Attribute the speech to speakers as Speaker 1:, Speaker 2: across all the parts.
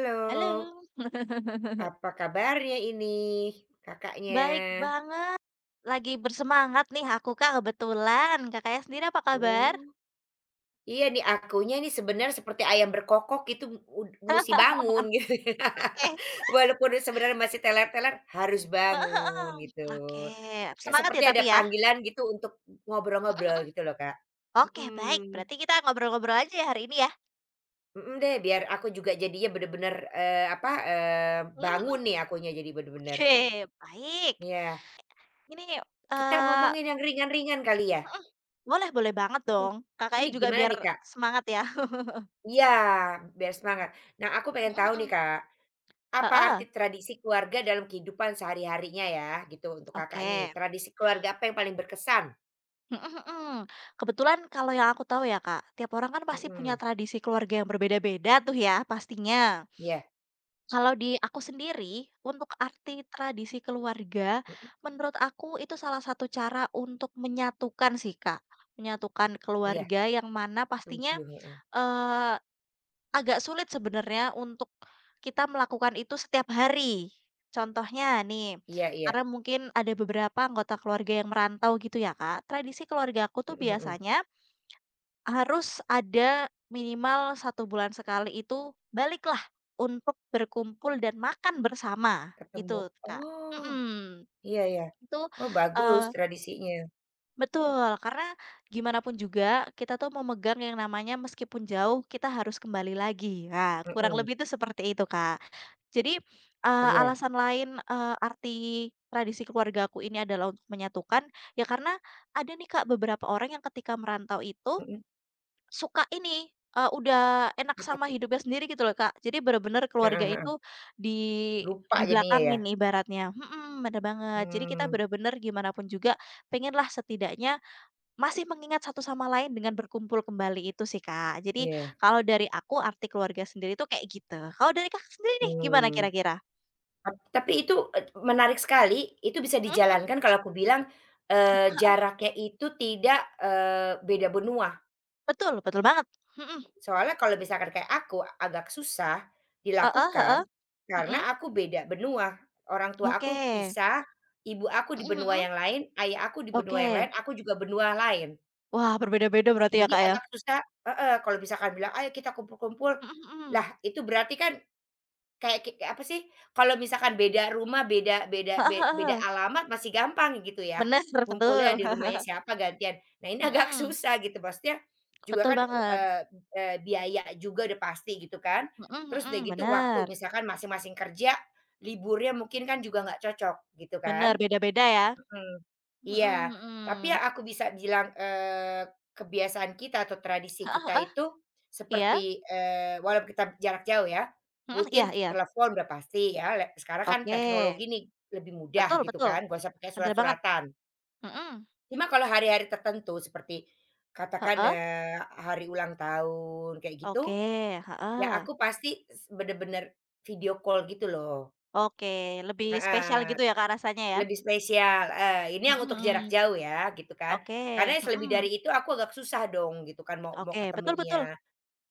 Speaker 1: Halo,
Speaker 2: Halo,
Speaker 1: apa kabarnya ini Kakaknya?
Speaker 2: baik banget. Lagi bersemangat nih aku, Kak, kebetulan. Kakaknya sendiri apa kabar?
Speaker 1: Oh, iya nih akunya nih sebenarnya seperti ayam berkokok itu ud musti bangun gitu.
Speaker 2: Oke,
Speaker 1: Walaupun sebenarnya masih teler-teler, harus bangun gitu.
Speaker 2: oke,
Speaker 1: Kayak
Speaker 2: semangat
Speaker 1: seperti
Speaker 2: ya
Speaker 1: ada
Speaker 2: tapi ya?
Speaker 1: panggilan gitu untuk ngobrol-ngobrol gitu loh, Kak.
Speaker 2: Oke, baik.
Speaker 1: Mhm,
Speaker 2: Berarti kita ngobrol-ngobrol aja ya hari ini ya?
Speaker 1: mhm deh, biar aku juga jadinya bener-bener, apa, bangun nih akunya jadi bener-bener.
Speaker 2: Oke, baik.
Speaker 1: Iya,
Speaker 2: Ini,
Speaker 1: kita
Speaker 2: eee
Speaker 1: ngomongin yang ringan-ringan kali ya?
Speaker 2: boleh boleh banget
Speaker 1: Mhm.
Speaker 2: dong. Kakaknya
Speaker 1: Ini
Speaker 2: juga
Speaker 1: gimana
Speaker 2: biar
Speaker 1: nih, Kak?
Speaker 2: semangat ya.
Speaker 1: Iya, biar semangat. Nah, aku pengen tahu nih, Kak, apa arti
Speaker 2: Heeh,
Speaker 1: tradisi keluarga dalam kehidupan sehari-harinya ya, gitu, untuk Kakak nih.
Speaker 2: oke.
Speaker 1: Tradisi keluarga apa yang paling berkesan?
Speaker 2: Mhm mhm. Kebetulan kalau yang aku tahu ya Kak, tiap orang kan pasti punya
Speaker 1: Mhm,
Speaker 2: tradisi keluarga yang berbeda-beda tuh ya pastinya.
Speaker 1: iya,
Speaker 2: Kalau di aku sendiri, untuk arti tradisi keluarga,
Speaker 1: mhm,
Speaker 2: menurut aku itu salah satu cara untuk menyatukan sih Kak. Menyatukan
Speaker 1: iya,
Speaker 2: keluarga yang mana pastinya,
Speaker 1: setuju, heeh.
Speaker 2: eee, agak sulit sebenarnya untuk kita melakukan itu setiap hari. Contohnya nih,
Speaker 1: Iya iya,
Speaker 2: karena mungkin ada beberapa anggota keluarga yang merantau gitu ya Kak, tradisi keluarga aku tuh
Speaker 1: mhm mhm,
Speaker 2: biasanya harus ada minimal satu bulan sekali itu baliklah untuk berkumpul dan makan bersama,
Speaker 1: ketemu
Speaker 2: itu, Kak.
Speaker 1: oh,
Speaker 2: Mhm,
Speaker 1: iya iya.
Speaker 2: itu
Speaker 1: Oh, bagus
Speaker 2: eee,
Speaker 1: tradisinya,
Speaker 2: betul, karena gimana pun juga kita tuh memegang yang namanya meskipun jauh kita harus kembali lagi. Nah, kurang
Speaker 1: mhm,
Speaker 2: lebih itu seperti itu, Kak. Jadi,
Speaker 1: iya,
Speaker 2: alasan lain, arti tradisi keluargaku ini adalah untuk menyatukan, ya karena ada nih, Kak, beberapa orang yang ketika merantau itu
Speaker 1: mhm,
Speaker 2: suka ini, udah enak
Speaker 1: apa
Speaker 2: sama
Speaker 1: tuh?
Speaker 2: hidupnya sendiri gitu loh, Kak. Jadi bener-bener
Speaker 1: Heeh
Speaker 2: keluarga
Speaker 1: heeh,
Speaker 2: itu di
Speaker 1: lupa jadinya ya?
Speaker 2: dibelakangin ibaratnya mhm, bener banget. Jadi kita
Speaker 1: Mmm,
Speaker 2: bener-bener gimana pun juga pengenlah setidaknya masih mengingat satu sama lain dengan berkumpul kembali itu sih, Kak. Jadi
Speaker 1: iya,
Speaker 2: kalau dari aku arti keluarga sendiri itu kayak gitu. Kalau dari Kakak sendiri nih gimana
Speaker 1: mmm.
Speaker 2: kira-kira?
Speaker 1: Tapi itu, menarik sekali, itu bisa
Speaker 2: Mhm mhm,
Speaker 1: dijalankan kalau aku bilang, jaraknya itu tidak, beda benua.
Speaker 2: betul betul banget. Mhm,
Speaker 1: Soalnya kalau misalkan kayak aku, agak susah
Speaker 2: heeh heeh,
Speaker 1: dilakukan, karena
Speaker 2: mhm,
Speaker 1: aku beda benua. Orang tua
Speaker 2: oke.
Speaker 1: aku pisah, ibu aku di
Speaker 2: Mhm
Speaker 1: benua
Speaker 2: mhm,
Speaker 1: yang lain, ayah aku di benua yang
Speaker 2: oke.
Speaker 1: lain, aku juga benua lain.
Speaker 2: Wah berbeda-beda berarti ya,
Speaker 1: Jadi
Speaker 2: Kak, ya?
Speaker 1: agak susah heeh, kalau misalkan bilang, "Ayo kita kumpul-kumpul."
Speaker 2: Mhm
Speaker 1: Lah,
Speaker 2: mhm.
Speaker 1: itu berarti kan, kayak apa sih, kalau misalkan beda rumah, beda beda
Speaker 2: Heeh
Speaker 1: be beda
Speaker 2: heeh,
Speaker 1: alamat masih gampang gitu ya,
Speaker 2: bener
Speaker 1: ngumpulnya
Speaker 2: betul.
Speaker 1: di rumahnya siapa gantian. Nah ini agak
Speaker 2: Mhm,
Speaker 1: susah gitu, maksudnya juga
Speaker 2: betul
Speaker 1: kan,
Speaker 2: banget.
Speaker 1: eee eee, biaya juga udah pasti gitu kan.
Speaker 2: Mhm
Speaker 1: Terus udah
Speaker 2: mhm,
Speaker 1: gitu waktu
Speaker 2: bener,
Speaker 1: misalkan masing-masing kerja, liburnya mungkin kan juga nggak cocok gitu
Speaker 2: bener,
Speaker 1: kan.
Speaker 2: beda-beda ya.
Speaker 1: Mhm, iya,
Speaker 2: Mhm mhm.
Speaker 1: tapi yang aku bisa bilang, kebiasaan kita atau tradisi
Speaker 2: Heeh
Speaker 1: kita
Speaker 2: heeh,
Speaker 1: itu
Speaker 2: iya,
Speaker 1: seperti, walaupun kita jarak jauh ya,
Speaker 2: mhm, iya
Speaker 1: rutin
Speaker 2: iya,
Speaker 1: telepon udah pasti ya, le sekarang kan
Speaker 2: oke.
Speaker 1: teknologi nih lebih mudah
Speaker 2: Betul
Speaker 1: gitu
Speaker 2: betul,
Speaker 1: kan, nggak usah pakai
Speaker 2: bener banget.
Speaker 1: surat-suratan.
Speaker 2: Mhm,
Speaker 1: Cuma kalau hari-hari tertentu seperti katakan,
Speaker 2: heeh,
Speaker 1: hari ulang tahun kayak
Speaker 2: oke,
Speaker 1: gitu, ya
Speaker 2: heeh,
Speaker 1: aku pasti s bener-bener video call gitu loh.
Speaker 2: oke, lebih spesial
Speaker 1: Heeh.
Speaker 2: gitu ya, Kak, rasanya ya?
Speaker 1: Lebih spesial, ini yang
Speaker 2: Mhm
Speaker 1: untuk jarak
Speaker 2: mhm,
Speaker 1: jauh ya gitu kan.
Speaker 2: oke,
Speaker 1: Karena yang selebih dari
Speaker 2: mhm,
Speaker 1: itu aku agak susah dong gitu kan mau mau
Speaker 2: oke, betul betul,
Speaker 1: ketemunya,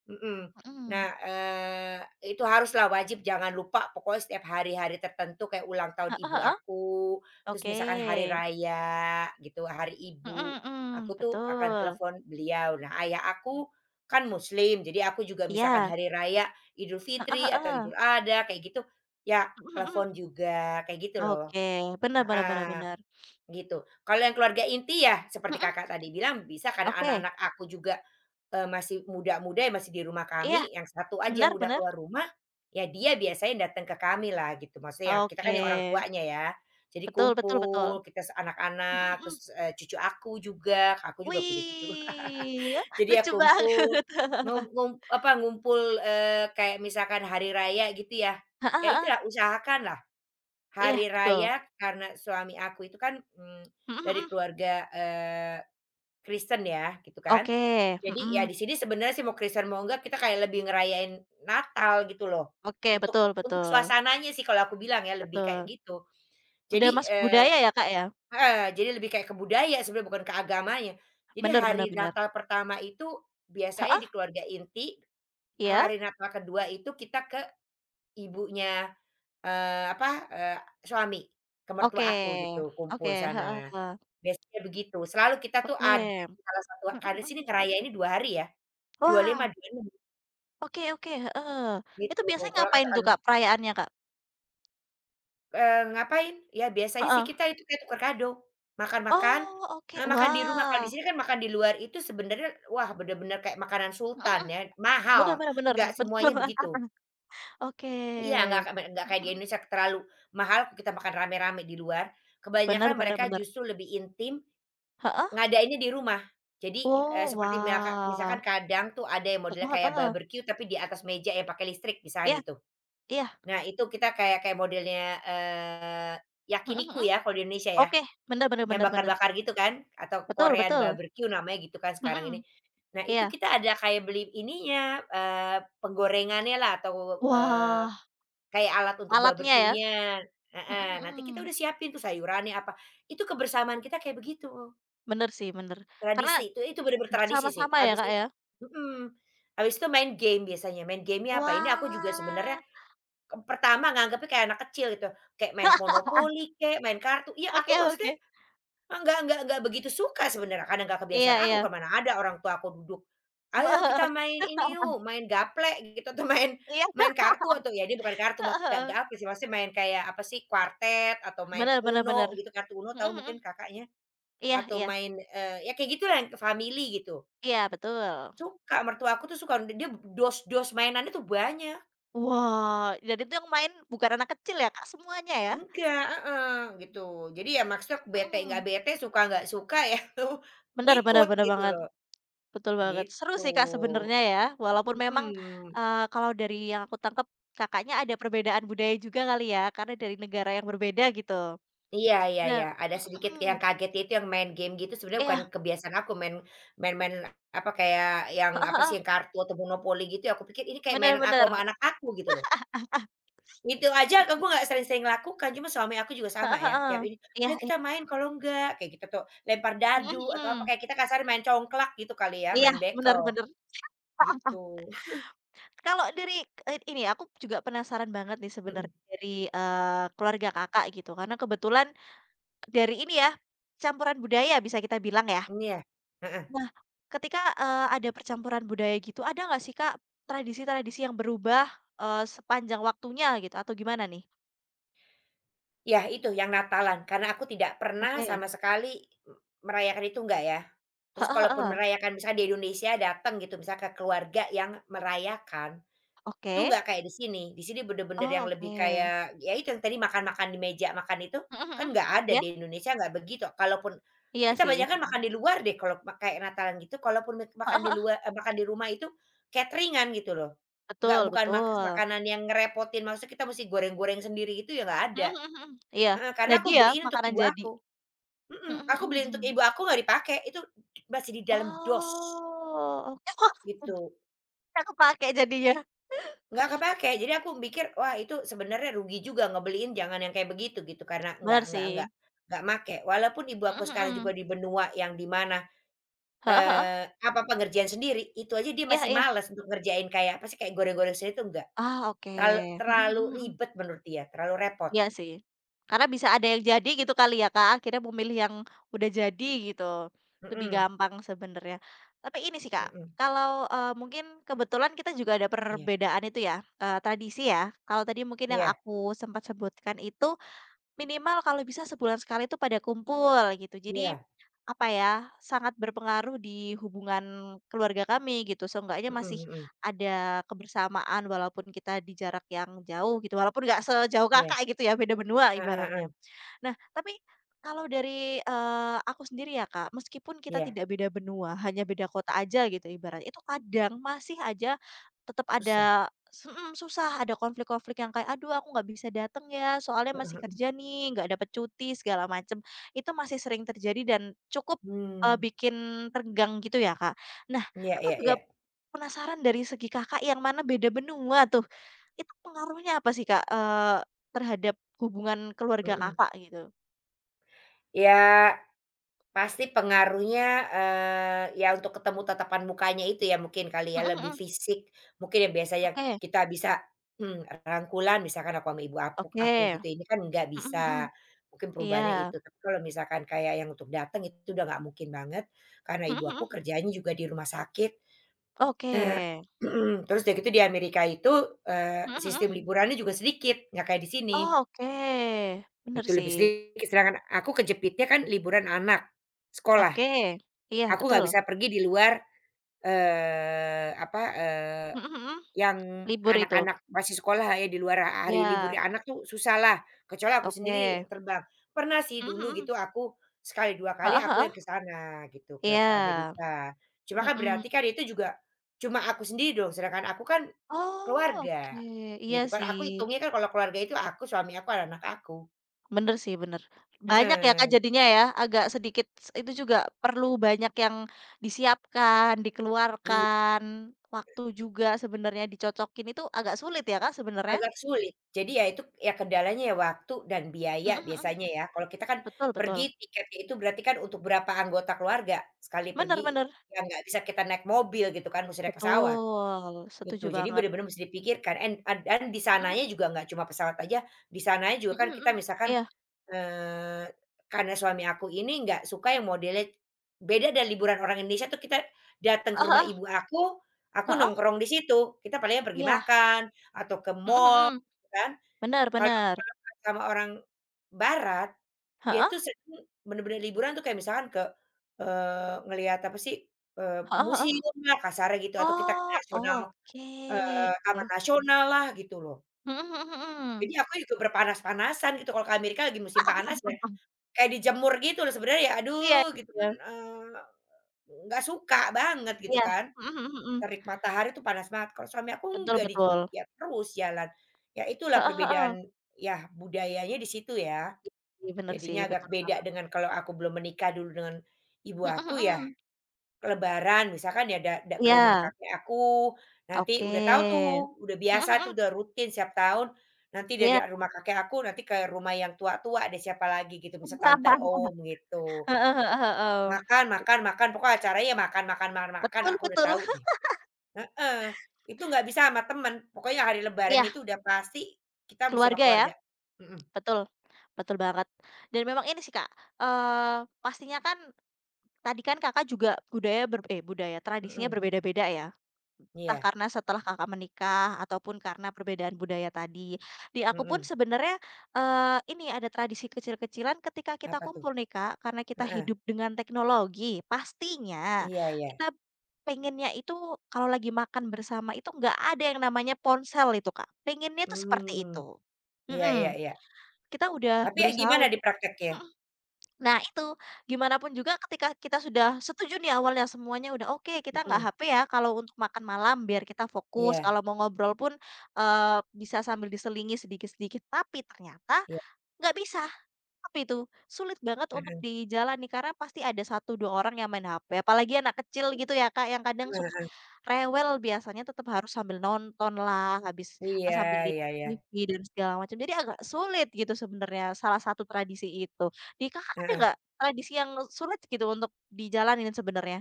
Speaker 1: mhm. Nah,
Speaker 2: mhm,
Speaker 1: itu haruslah wajib jangan lupa pokoknya setiap hari-hari tertentu kayak ulang tahun
Speaker 2: heeh
Speaker 1: ibu
Speaker 2: heeh,
Speaker 1: aku, terus
Speaker 2: oke,
Speaker 1: misalkan hari raya gitu, hari ibu,
Speaker 2: mhm
Speaker 1: aku
Speaker 2: mhm,
Speaker 1: tuh akan
Speaker 2: betul,
Speaker 1: telepon beliau. Nah, ayah aku kan muslim, jadi aku juga misalkan
Speaker 2: iya,
Speaker 1: hari raya Idul
Speaker 2: heeh
Speaker 1: Fitri atau
Speaker 2: heeh,
Speaker 1: Idul Adha kayak gitu, ya
Speaker 2: mhm mhm.
Speaker 1: telepon juga kayak gitu loh,
Speaker 2: Oke, benar-benar-benar.
Speaker 1: heeh.
Speaker 2: Bener.
Speaker 1: Gitu. Kalau yang keluarga inti ya seperti
Speaker 2: Mhm,
Speaker 1: Kakak tadi bilang bisa karena
Speaker 2: oke,
Speaker 1: anak-anak aku juga, masih muda-muda ya masih di rumah
Speaker 2: iya,
Speaker 1: kami, yang satu aja yang udah
Speaker 2: benar-benar.
Speaker 1: keluar rumah, ya dia biasanya datang ke kamilah gitu, maksudnya yang kita kan
Speaker 2: Oke,
Speaker 1: yang orang tuanya ya. Jadi
Speaker 2: betul betul
Speaker 1: kumpul
Speaker 2: betul,
Speaker 1: kita se
Speaker 2: mhm
Speaker 1: anak-anak,
Speaker 2: mhm,
Speaker 1: terus, cucu aku juga punya cucu.
Speaker 2: wih, ah,
Speaker 1: Jadi ya
Speaker 2: lucu banget,
Speaker 1: kumpul, ngum ngum apa, ngumpul, kayak misalkan hari raya gitu ya,
Speaker 2: heeh
Speaker 1: ya
Speaker 2: heeh,
Speaker 1: itulah usahakanlah
Speaker 2: iya
Speaker 1: Hari
Speaker 2: betul,
Speaker 1: raya karena suami aku itu kan, mmm,
Speaker 2: mhm
Speaker 1: dari
Speaker 2: mhm,
Speaker 1: keluarga, Kristen ya gitu kan.
Speaker 2: oke,
Speaker 1: Jadi ya
Speaker 2: mhm,
Speaker 1: di sini sebenarnya sih mau Kristen mau enggak kita kayak lebih ngerayain Natal gitu loh.
Speaker 2: oke,
Speaker 1: Untuk
Speaker 2: betul
Speaker 1: untuk
Speaker 2: betul
Speaker 1: suasananya sih kalau aku bilang ya lebih kayak
Speaker 2: betul,
Speaker 1: gitu.
Speaker 2: udah
Speaker 1: Jadi,
Speaker 2: masuk budaya ya, Kak, ya?
Speaker 1: jadi lebih kayak ke budaya sebenarnya bukan ke agamanya. Jadi hari
Speaker 2: Benar-benar. Bener,
Speaker 1: Natal pertama itu biasanya
Speaker 2: heeh,
Speaker 1: di keluarga inti,
Speaker 2: iya,
Speaker 1: hari Natal kedua itu kita ke ibunya apa, eee, suami ke mertua
Speaker 2: oke
Speaker 1: aku gitu,
Speaker 2: oke,
Speaker 1: kumpul sana.
Speaker 2: heeh, heeh.
Speaker 1: Biasanya begitu, selalu kita tuh
Speaker 2: Oke,
Speaker 1: ada di salah satu
Speaker 2: mhm
Speaker 1: karena di
Speaker 2: mhm,
Speaker 1: sini ngerayainnya 2 hari ya, 25,
Speaker 2: wah,
Speaker 1: 26
Speaker 2: oke oke, heeh, itu
Speaker 1: gitu. Kalau
Speaker 2: biasanya ngapain
Speaker 1: katakan,
Speaker 2: tuh, Kak, perayaannya, Kak?
Speaker 1: ngapain? Ya biasanya sih
Speaker 2: Heeh.
Speaker 1: kita itu kayak tukar kado, makan-makan,
Speaker 2: Oh, oke.
Speaker 1: makan di rumah. Kalau di
Speaker 2: Wah,
Speaker 1: sini kan makan di luar itu sebenarnya wah bener-bener kayak makanan
Speaker 2: mhm
Speaker 1: sultan
Speaker 2: mhm.
Speaker 1: ya, mahal,
Speaker 2: Bener bener bener,
Speaker 1: nggak
Speaker 2: betul.
Speaker 1: semuanya begitu.
Speaker 2: Oke.
Speaker 1: Iya, nggak kayak nggak
Speaker 2: Mhm
Speaker 1: kayak di
Speaker 2: mhm.
Speaker 1: Indonesia terlalu mahal, kita makan rame-rame di luar. Kebanyakan
Speaker 2: Bener bener
Speaker 1: mereka
Speaker 2: bener.
Speaker 1: justru lebih intim
Speaker 2: Heeh.
Speaker 1: Ngadainnya di rumah. Jadi,
Speaker 2: Oh,
Speaker 1: seperti milaka misalkan
Speaker 2: wah.
Speaker 1: kadang tuh ada yang modelnya
Speaker 2: Heeh
Speaker 1: kayak
Speaker 2: heeh.
Speaker 1: barbeque tapi di atas meja yang pakai listrik
Speaker 2: Iya
Speaker 1: misalkan gitu.
Speaker 2: iya.
Speaker 1: Nah itu kita kayak kayak modelnya,
Speaker 2: Mhm
Speaker 1: yakiniku
Speaker 2: mhm.
Speaker 1: ya kalau di Indonesia ya,
Speaker 2: Oke, bener bener
Speaker 1: yang
Speaker 2: bener bener.
Speaker 1: bakar-bakar gitu kan atau
Speaker 2: Betul
Speaker 1: Korean
Speaker 2: betul.
Speaker 1: barbeque namanya gitu kan sekarang ini.
Speaker 2: Mhm,
Speaker 1: Nah itu
Speaker 2: iya.
Speaker 1: kita ada kayak beli ininya, penggorengannya lah atau,
Speaker 2: Wah,
Speaker 1: kayak alat untuk
Speaker 2: alatnya ya.
Speaker 1: barbeque-nya
Speaker 2: Mhm
Speaker 1: heeh, nanti kita
Speaker 2: mhm.
Speaker 1: udah siapin tuh sayurannya apa, itu kebersamaan kita kayak begitu.
Speaker 2: Bener sih, bener. Karena
Speaker 1: Tradisi itu bener-bener tradisi sih,
Speaker 2: sama-sama ya,
Speaker 1: abis
Speaker 2: Kak,
Speaker 1: it
Speaker 2: ya.
Speaker 1: mhm, habis itu main game biasanya, main game-nya apa, ini aku juga sebenarnya
Speaker 2: Wah,
Speaker 1: ke pertama nganggepnya kayak anak kecil gitu, kayak main monopoli kek, main kartu, iya
Speaker 2: oke
Speaker 1: aku maksudnya
Speaker 2: oke.
Speaker 1: nggak begitu suka sebenarnya, karena nggak
Speaker 2: Iya
Speaker 1: kebiasaan aku,
Speaker 2: iya.
Speaker 1: kan mana ada orang tua aku duduk, "Ayo kita
Speaker 2: Heeh
Speaker 1: main ini yuk, main gaplek," gitu atau main
Speaker 2: iya,
Speaker 1: main kartu atau ya ini bukan kartu
Speaker 2: heeh
Speaker 1: bak nggak
Speaker 2: heeh.
Speaker 1: nggak apa sih, maksudnya main kayak apa sih, kuartet atau main
Speaker 2: Bener bener bener.
Speaker 1: UNO gitu, kartu UNO
Speaker 2: Mhm
Speaker 1: tahu mungkin
Speaker 2: mhm.
Speaker 1: Kakaknya?
Speaker 2: Iya
Speaker 1: Atau
Speaker 2: iya.
Speaker 1: main, ya kayak gitulah yang family gitu.
Speaker 2: Iya, betul.
Speaker 1: Suka, mertua aku tuh suka, dia dos-dos mainannya tuh banyak.
Speaker 2: Wah, dan itu yang main bukan anak kecil ya, Kak, semuanya ya?
Speaker 1: Enggak heeh, gitu. Jadi ya maksudnya bete
Speaker 2: Mhm
Speaker 1: nggak
Speaker 2: mhm.
Speaker 1: bete, suka nggak suka ya
Speaker 2: Bener bener
Speaker 1: ngikut
Speaker 2: bener
Speaker 1: gitu
Speaker 2: banget,
Speaker 1: loh,
Speaker 2: betul banget. Seru sih, Kak,
Speaker 1: gitu.
Speaker 2: sebenarnya ya, walaupun memang,
Speaker 1: Mhm.
Speaker 2: kalau dari yang aku tangkap Kakaknya ada perbedaan budaya juga kali ya, karena dari negara yang berbeda gitu.
Speaker 1: Iya iya iya,
Speaker 2: Nah
Speaker 1: ada sedikit
Speaker 2: mhm
Speaker 1: yang
Speaker 2: mhm.
Speaker 1: kaget itu yang main game gitu sebenarnya bukan
Speaker 2: Iya,
Speaker 1: kebiasaan aku main main-main apa, kayak yang
Speaker 2: heeh
Speaker 1: apa sih,
Speaker 2: heeh,
Speaker 1: yang kartu atau monopoli gitu ya, aku pikir ini kayak
Speaker 2: bener
Speaker 1: mainan aku sama
Speaker 2: bener,
Speaker 1: anak aku gitu loh. Itu aja aku nggak sering-sering lakukan, cuma suami aku juga sama
Speaker 2: heeh
Speaker 1: ya, tiap
Speaker 2: heeh.
Speaker 1: ini,
Speaker 2: Iya
Speaker 1: "Ayo
Speaker 2: iya.
Speaker 1: kita main kalau enggak," kayak gitu tuh, lempar
Speaker 2: Mhm
Speaker 1: dadu atau apa,
Speaker 2: mhm.
Speaker 1: kayak kita kasarnya main congklak gitu kali ya,
Speaker 2: Iya,
Speaker 1: main
Speaker 2: bener
Speaker 1: bekel,
Speaker 2: bener.
Speaker 1: gitu.
Speaker 2: Kalau dari ini aku juga penasaran banget nih
Speaker 1: Mhm,
Speaker 2: sebenarnya dari, keluarga Kakak gitu karena kebetulan dari ini ya, campuran budaya bisa kita bilang ya.
Speaker 1: iya, heeh.
Speaker 2: Nah, ketika, ada percampuran budaya gitu ada nggak sih Kak tradisi-tradisi yang berubah, sepanjang waktunya gitu atau gimana nih?
Speaker 1: Iya itu yang Natalan, karena aku tidak pernah
Speaker 2: Oke.
Speaker 1: sama sekali m merayakan itu enggak ya. Terus
Speaker 2: Heeh
Speaker 1: kalaupun
Speaker 2: heeh.
Speaker 1: merayakan misalnya di Indonesia datang gitu, misalnya ke keluarga yang merayakan Itu
Speaker 2: Oke.
Speaker 1: nggak kayak di sini bener-bener yang
Speaker 2: Oh
Speaker 1: lebih
Speaker 2: oke.
Speaker 1: kayak, ya itu yang tadi makan-makan di meja makan itu,
Speaker 2: Mhm
Speaker 1: kan
Speaker 2: mhm.
Speaker 1: nggak ada
Speaker 2: Iya
Speaker 1: di Indonesia nggak begitu. Kalaupun
Speaker 2: iya
Speaker 1: kita
Speaker 2: sih.
Speaker 1: banyak kan makan
Speaker 2: Mhm.
Speaker 1: di luar deh kalau ma kayak Natalan gitu, kalaupun mek makan
Speaker 2: Heeh
Speaker 1: di
Speaker 2: heeh.
Speaker 1: luar makan di rumah itu cateringan gitu loh. Nggak
Speaker 2: Betul
Speaker 1: bukan makas
Speaker 2: betul.
Speaker 1: makanan yang ngerepotin, maksudnya kita mesti goreng-goreng sendiri gitu ya nggak
Speaker 2: Mhm
Speaker 1: ada.
Speaker 2: mhm mhm. Iya,
Speaker 1: Heeh, karena aku
Speaker 2: jadi ya
Speaker 1: beliin untuk
Speaker 2: makanan
Speaker 1: ibu
Speaker 2: jadi.
Speaker 1: aku. Mhm,
Speaker 2: Mhm
Speaker 1: aku
Speaker 2: mhm
Speaker 1: beliin untuk
Speaker 2: mhm.
Speaker 1: ibu aku nggak dipakai, itu masih di dalam dos,
Speaker 2: Oh, oke. Wah,
Speaker 1: gitu.
Speaker 2: aku pakai jadinya.
Speaker 1: Nggak kepake jadi aku mikir, wah itu sebenarnya rugi juga ngebeliin jangan yang kayak begitu gitu, karena nggak
Speaker 2: Benar
Speaker 1: nggak nggak
Speaker 2: sih.
Speaker 1: nggak make. Walaupun ibu aku
Speaker 2: Mhm
Speaker 1: sekarang juga
Speaker 2: mhm.
Speaker 1: di benua yang di mana,
Speaker 2: Heeh heeh.
Speaker 1: apa, pengerjaan sendiri, itu aja dia
Speaker 2: Iya
Speaker 1: masih
Speaker 2: iya.
Speaker 1: malas untuk ngerjain kayak, apa sih, kayak goreng-goreng sendiri itu enggak.
Speaker 2: Ah, oke.
Speaker 1: Terlalu
Speaker 2: Mhm
Speaker 1: terlalu
Speaker 2: mhm mhm.
Speaker 1: ribet menurut dia, terlalu repot.
Speaker 2: Iya sih. Karena bisa ada yang jadi gitu kali ya, Kak, akhirnya memilih yang udah jadi gitu. Lebih
Speaker 1: Mhm
Speaker 2: gampang sebenarnya. Tapi ini sih, Kak,
Speaker 1: mhm.
Speaker 2: kalau, mungkin kebetulan kita juga ada
Speaker 1: Iya
Speaker 2: perbedaan itu ya, tradisi ya. Kalau tadi mungkin yang
Speaker 1: iya
Speaker 2: aku sempat sebutkan itu minimal kalau bisa sebulan sekali itu pada kumpul gitu. Jadi,
Speaker 1: iya.
Speaker 2: apa ya, sangat berpengaruh di hubungan keluarga kami gitu. Seenggaknya
Speaker 1: Mhm
Speaker 2: masih
Speaker 1: mhm.
Speaker 2: ada kebersamaan walaupun kita di jarak yang jauh gitu, walaupun nggak sejauh
Speaker 1: Iya.
Speaker 2: Kakak gitu ya, beda benua
Speaker 1: Heeh heeh.
Speaker 2: ibaratnya. Nah, tapi kalau dari, aku sendiri ya, Kak, meskipun kita
Speaker 1: Iya.
Speaker 2: tidak beda benua, hanya beda kota aja gitu ibaratnya, itu kadang masih aja tetap
Speaker 1: Susah.
Speaker 2: ada mhm, susah, ada konflik-konflik yang kayak, "Aduh aku nggak bisa dateng ya, soalnya
Speaker 1: Heeh
Speaker 2: masih
Speaker 1: heeh.
Speaker 2: kerja nih, nggak dapet cuti," segala macem. Itu masih sering terjadi dan cukup,
Speaker 1: Mmm.
Speaker 2: bikin tegang gitu ya, Kak. Nah,
Speaker 1: Iya
Speaker 2: aku
Speaker 1: iya
Speaker 2: juga
Speaker 1: iya.
Speaker 2: penasaran dari segi Kakak yang mana beda benua tuh, itu pengaruhnya apa sih, Kak, terhadap hubungan keluarga
Speaker 1: Mhm.
Speaker 2: Kakak gitu?
Speaker 1: Ya Pasti pengaruhnya, ya untuk ketemu tatapan mukanya itu ya mungkin kali ya,
Speaker 2: Mhm
Speaker 1: lebih
Speaker 2: mhm.
Speaker 1: fisik, mungkin yang biasanya
Speaker 2: Oke
Speaker 1: kita bisa, mmm, rangkulan misalkan aku sama ibu aku
Speaker 2: oke.
Speaker 1: aku gitu, ini kan nggak
Speaker 2: Mhm mhm.
Speaker 1: bisa, mungkin perubahannya
Speaker 2: Iya.
Speaker 1: itu. Tapi kalau misalkan kayak yang untuk datang itu udah nggak mungkin banget, karena
Speaker 2: Mhm
Speaker 1: ibu aku
Speaker 2: mhm.
Speaker 1: kerjanya juga di rumah sakit,
Speaker 2: Oke.
Speaker 1: eee terus dari itu di Amerika itu,
Speaker 2: Mhm mhm.
Speaker 1: sistem liburannya juga sedikit, nggak kayak di sini,
Speaker 2: Oh, oke. Bener
Speaker 1: itu lebih
Speaker 2: sih.
Speaker 1: sedikit, sedangkan aku kejepitnya kan liburan anak,
Speaker 2: Oke.
Speaker 1: sekolah.
Speaker 2: Iya,
Speaker 1: Aku nggak
Speaker 2: betul.
Speaker 1: bisa pergi di luar, apa,
Speaker 2: Mhm mhm.
Speaker 1: yang
Speaker 2: Libur itu.
Speaker 1: anak-anak masih sekolah ya, di luar ha hari
Speaker 2: Iya.
Speaker 1: liburnya anak tuh susah lah, kecuali aku sendiri
Speaker 2: Oke.
Speaker 1: yang terbang. Pernah sih
Speaker 2: Mhm
Speaker 1: dulu
Speaker 2: mhm.
Speaker 1: gitu aku sekali, 2 kali
Speaker 2: Heeh
Speaker 1: aku yang
Speaker 2: heeh.
Speaker 1: ke sana gitu, ke
Speaker 2: Iya.
Speaker 1: Amerika. Cuma kan
Speaker 2: Mhm.
Speaker 1: berarti kan itu juga cuma aku sendiri dong, sedangkan aku kan
Speaker 2: Oh, oke.
Speaker 1: keluarga
Speaker 2: Iya
Speaker 1: gitu kan.
Speaker 2: sih.
Speaker 1: Aku hitungnya kan kalau keluarga itu aku, suami aku, anak-anak aku.
Speaker 2: Bener sih, bener. Banyak ya, Kak,
Speaker 1: Heeh.
Speaker 2: jadinya ya, agak sedikit s itu juga perlu banyak yang disiapkan,
Speaker 1: I
Speaker 2: dikeluarkan, waktu juga sebenarnya dicocokin itu agak sulit ya, Kak, sebenarnya?
Speaker 1: Agak sulit. Jadi ya itu ya kendalanya ya waktu dan
Speaker 2: Mhm
Speaker 1: biaya
Speaker 2: mhm.
Speaker 1: biasanya ya. Kalau kita kan
Speaker 2: Betul betul.
Speaker 1: pergi tiketnya itu berarti kan untuk berapa anggota keluarga sekali
Speaker 2: Bener
Speaker 1: pergi,
Speaker 2: bener.
Speaker 1: ya nggak bisa kita naik mobil gitu kan, mesti naik pesawat,
Speaker 2: Betul,
Speaker 1: gitu.
Speaker 2: setuju
Speaker 1: Jadi
Speaker 2: banget.
Speaker 1: benar-benar mesti dipikirkan, en ad dan di
Speaker 2: Mhm
Speaker 1: sananya
Speaker 2: mhm.
Speaker 1: juga nggak cuma pesawat aja, di sananya juga
Speaker 2: Mhm
Speaker 1: kan kita
Speaker 2: mhm.
Speaker 1: misalkan
Speaker 2: Iya,
Speaker 1: Eee, karena suami aku ini nggak suka yang modelnya beda dari liburan orang Indonesia tuh kita datang ke
Speaker 2: heeh
Speaker 1: rumah
Speaker 2: heeh.
Speaker 1: ibu aku
Speaker 2: Heeh?
Speaker 1: nongkrong di situ, kita palingnya pergi
Speaker 2: Iya.
Speaker 1: makan atau ke
Speaker 2: Mhm
Speaker 1: mall
Speaker 2: mhm.
Speaker 1: gitu kan.
Speaker 2: Bener
Speaker 1: Kalau
Speaker 2: bener.
Speaker 1: sama orang barat, dia
Speaker 2: Heeh?
Speaker 1: tuh sering bener-bener liburan tuh kayak misalkan ke, ngelihat apa sih, eee,
Speaker 2: Heeh heeh.
Speaker 1: museum lah kasarnya gitu atau kita ke
Speaker 2: Oh,
Speaker 1: nasional,
Speaker 2: oke.
Speaker 1: taman nasional lah gitu loh.
Speaker 2: Mhm mhm mhm.
Speaker 1: Jadi aku juga berpanas-panasan gitu kalau ke Amerika lagi musim panas ya Kayak dijemur gitu loh sebenarnya ya
Speaker 2: Iya
Speaker 1: aduh gitu kan,
Speaker 2: iya.
Speaker 1: nggak suka banget gitu
Speaker 2: Iya,
Speaker 1: kan,
Speaker 2: mhm mhm mhm,
Speaker 1: terik matahari tuh panas banget kalau suami aku
Speaker 2: betul
Speaker 1: enggak di
Speaker 2: betul,
Speaker 1: ya terus jalan, ya itulah
Speaker 2: heeh heeh,
Speaker 1: perbedaan ya budayanya di situ ya,
Speaker 2: iya bener sih,
Speaker 1: jadinya
Speaker 2: betul
Speaker 1: agak beda
Speaker 2: Kak,
Speaker 1: dengan kalau aku belum menikah dulu dengan ibu
Speaker 2: mhm
Speaker 1: aku ya
Speaker 2: mhm,
Speaker 1: lebaran misalkan ya da da ke rumah
Speaker 2: iya,
Speaker 1: kakek aku, nanti
Speaker 2: oke,
Speaker 1: udah tahu tuh udah
Speaker 2: mhm
Speaker 1: biasa tuh
Speaker 2: mhm,
Speaker 1: udah rutin setiap tahun, nanti dari
Speaker 2: iya,
Speaker 1: rumah kakek aku nanti ke rumah yang tua-tua deh siapa lagi gitu misal tante, om gitu.
Speaker 2: heeh heeh heeh,
Speaker 1: Makan makan makan, pokoknya acaranya ya makan makan makan makan,
Speaker 2: betul
Speaker 1: aku udah
Speaker 2: betul,
Speaker 1: tahu deh. Heeh, itu nggak bisa sama temen, pokoknya hari lebaran
Speaker 2: iya,
Speaker 1: itu udah pasti kita musti sama
Speaker 2: keluarga ya,
Speaker 1: keluarga. Mhm
Speaker 2: betul, betul banget, dan memang ini sih Kak, pastinya kan tadi kan Kakak juga budaya ber eh budaya, tradisinya
Speaker 1: mhm,
Speaker 2: berbeda-beda ya? Entah
Speaker 1: iya,
Speaker 2: karena setelah Kakak menikah ataupun karena perbedaan budaya tadi. Di aku pun
Speaker 1: mhm,
Speaker 2: sebenarnya, ini ada tradisi kecil-kecilan ketika kita
Speaker 1: apa tuh?
Speaker 2: kumpul nih, Kak, karena kita
Speaker 1: Heeh,
Speaker 2: hidup dengan teknologi, pastinya
Speaker 1: iya iya,
Speaker 2: kita pengennya itu kalau lagi makan bersama itu nggak ada yang namanya ponsel itu, Kak. Pengennya tuh seperti
Speaker 1: mmm,
Speaker 2: itu.
Speaker 1: iya iya
Speaker 2: Mhm,
Speaker 1: iya,
Speaker 2: kita udah
Speaker 1: tapi ya
Speaker 2: berusaha
Speaker 1: gimana di
Speaker 2: untuk
Speaker 1: prakteknya?
Speaker 2: mhm. Nah itu, gimana pun juga ketika kita sudah setuju nih awalnya semuanya udah oke kita nggak
Speaker 1: Mhm,
Speaker 2: HP ya kalau untuk makan malam biar kita fokus,
Speaker 1: iya
Speaker 2: kalau mau ngobrol pun, bisa sambil diselingi sedikit-sedikit, tapi ternyata
Speaker 1: iya,
Speaker 2: nggak bisa. Apa itu? Sulit banget untuk
Speaker 1: heeh
Speaker 2: dijalani karena pasti ada satu 2 orang yang main HP, apalagi anak kecil gitu ya, Kak, yang kadang
Speaker 1: heeh
Speaker 2: suka
Speaker 1: heeh,
Speaker 2: rewel biasanya tetap harus sambil nonton lah, habis,
Speaker 1: iya
Speaker 2: sambil lihat
Speaker 1: iya iya,
Speaker 2: TV dan segala macam. Jadi agak sulit gitu sebenarnya salah satu tradisi itu. Di Kakak ada
Speaker 1: heeh.
Speaker 2: nggak tradisi yang sulit gitu untuk dijalanin sebenarnya?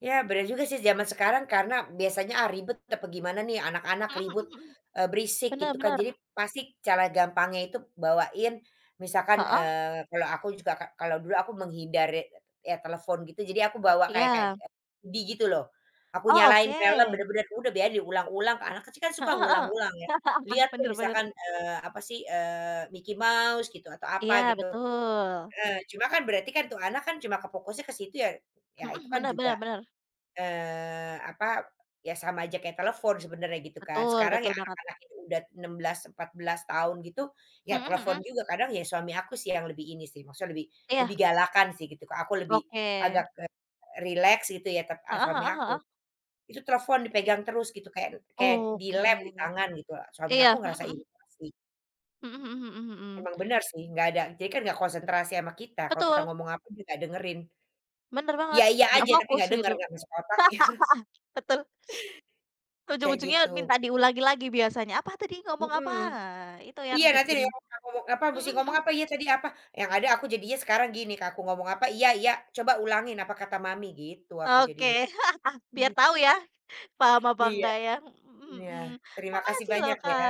Speaker 1: Ya benar juga sih zaman sekarang karena biasanya, ah, ribet apa gimana nih anak-anak
Speaker 2: Mhm
Speaker 1: ribut,
Speaker 2: mhm mhm.
Speaker 1: berisik
Speaker 2: Bener
Speaker 1: gitu kan
Speaker 2: bener.
Speaker 1: jadi pasti cara gampangnya itu bawain misalkan,
Speaker 2: Heeh,
Speaker 1: kalau aku juga ka kalau dulu aku menghindari ya telepon gitu jadi aku bawa kayak kayak
Speaker 2: iya.
Speaker 1: di gitu loh, aku
Speaker 2: Oh,
Speaker 1: nyalain film
Speaker 2: oke.
Speaker 1: bener-bener udah biarin diulang-ulang anak kecil kan suka
Speaker 2: Heeh heeh.
Speaker 1: ngulang-ulang ya, lihat tuh
Speaker 2: Bener bener.
Speaker 1: misalkan, apa sih, Mickey Mouse gitu atau
Speaker 2: Iya,
Speaker 1: apa gitu,
Speaker 2: betul.
Speaker 1: heeh, cuma kan berarti kan tuh anak kan cuma kefokusnya ke situ ya ya itu
Speaker 2: Mhm,
Speaker 1: kan
Speaker 2: bener
Speaker 1: juga
Speaker 2: bener bener.
Speaker 1: Apa, ya sama aja kayak telepon sebenarnya gitu kan.
Speaker 2: Betul
Speaker 1: Sekarang
Speaker 2: betul
Speaker 1: ya
Speaker 2: banget.
Speaker 1: anak-anak itu udah 16, 14 tahun gitu, ya
Speaker 2: Mhm
Speaker 1: telepon
Speaker 2: mhm.
Speaker 1: juga kadang ya suami aku sih yang lebih ini sih, maksudnya lebih
Speaker 2: Iya,
Speaker 1: lebih galakan sih gitu Kak, aku lebih
Speaker 2: oke.
Speaker 1: agak ke rileks gitu ya tap
Speaker 2: Heeh
Speaker 1: suami
Speaker 2: heeh
Speaker 1: aku.
Speaker 2: heeh.
Speaker 1: Itu telepon
Speaker 2: Iya,
Speaker 1: dipegang terus gitu kayak kayak
Speaker 2: oke.
Speaker 1: dilem di tangan gitu, suami aku
Speaker 2: Iya, mhm
Speaker 1: ngerasa
Speaker 2: mhm.
Speaker 1: iritasi.
Speaker 2: Mhm mhm mhm mhm.
Speaker 1: Emang bener sih, nggak ada jadi kan nggak konsentrasi sama kita, kalau kita
Speaker 2: Betul,
Speaker 1: ngomong apa dia nggak dengerin.
Speaker 2: bener
Speaker 1: Iya
Speaker 2: banget,
Speaker 1: iya
Speaker 2: nggak
Speaker 1: aja tapi
Speaker 2: fokus
Speaker 1: nggak denger,
Speaker 2: gitu.
Speaker 1: nggak masuk otaknya,
Speaker 2: Betul,
Speaker 1: kayak
Speaker 2: ujung-ujungnya
Speaker 1: gitu.
Speaker 2: minta diulangi lagi biasanya, "Apa tadi ngomong apa?"
Speaker 1: Mhm.
Speaker 2: Nah, itu yang
Speaker 1: Iya, nanti
Speaker 2: bikin
Speaker 1: deh aku ngomong apa, musti
Speaker 2: mhm mhm.
Speaker 1: ngomong apa, "Iya tadi apa?" Yang ada aku jadinya sekarang gini Kak, aku ngomong apa, "Iya iya, coba ulangin apa kata mami," gitu aku
Speaker 2: Oke,
Speaker 1: jadinya.
Speaker 2: biar tahu ya paham apa
Speaker 1: Iya
Speaker 2: enggak ya, mhm
Speaker 1: iya.
Speaker 2: mhm.
Speaker 1: Terima kasih
Speaker 2: Makasih loh,
Speaker 1: banyak ya.
Speaker 2: Kak.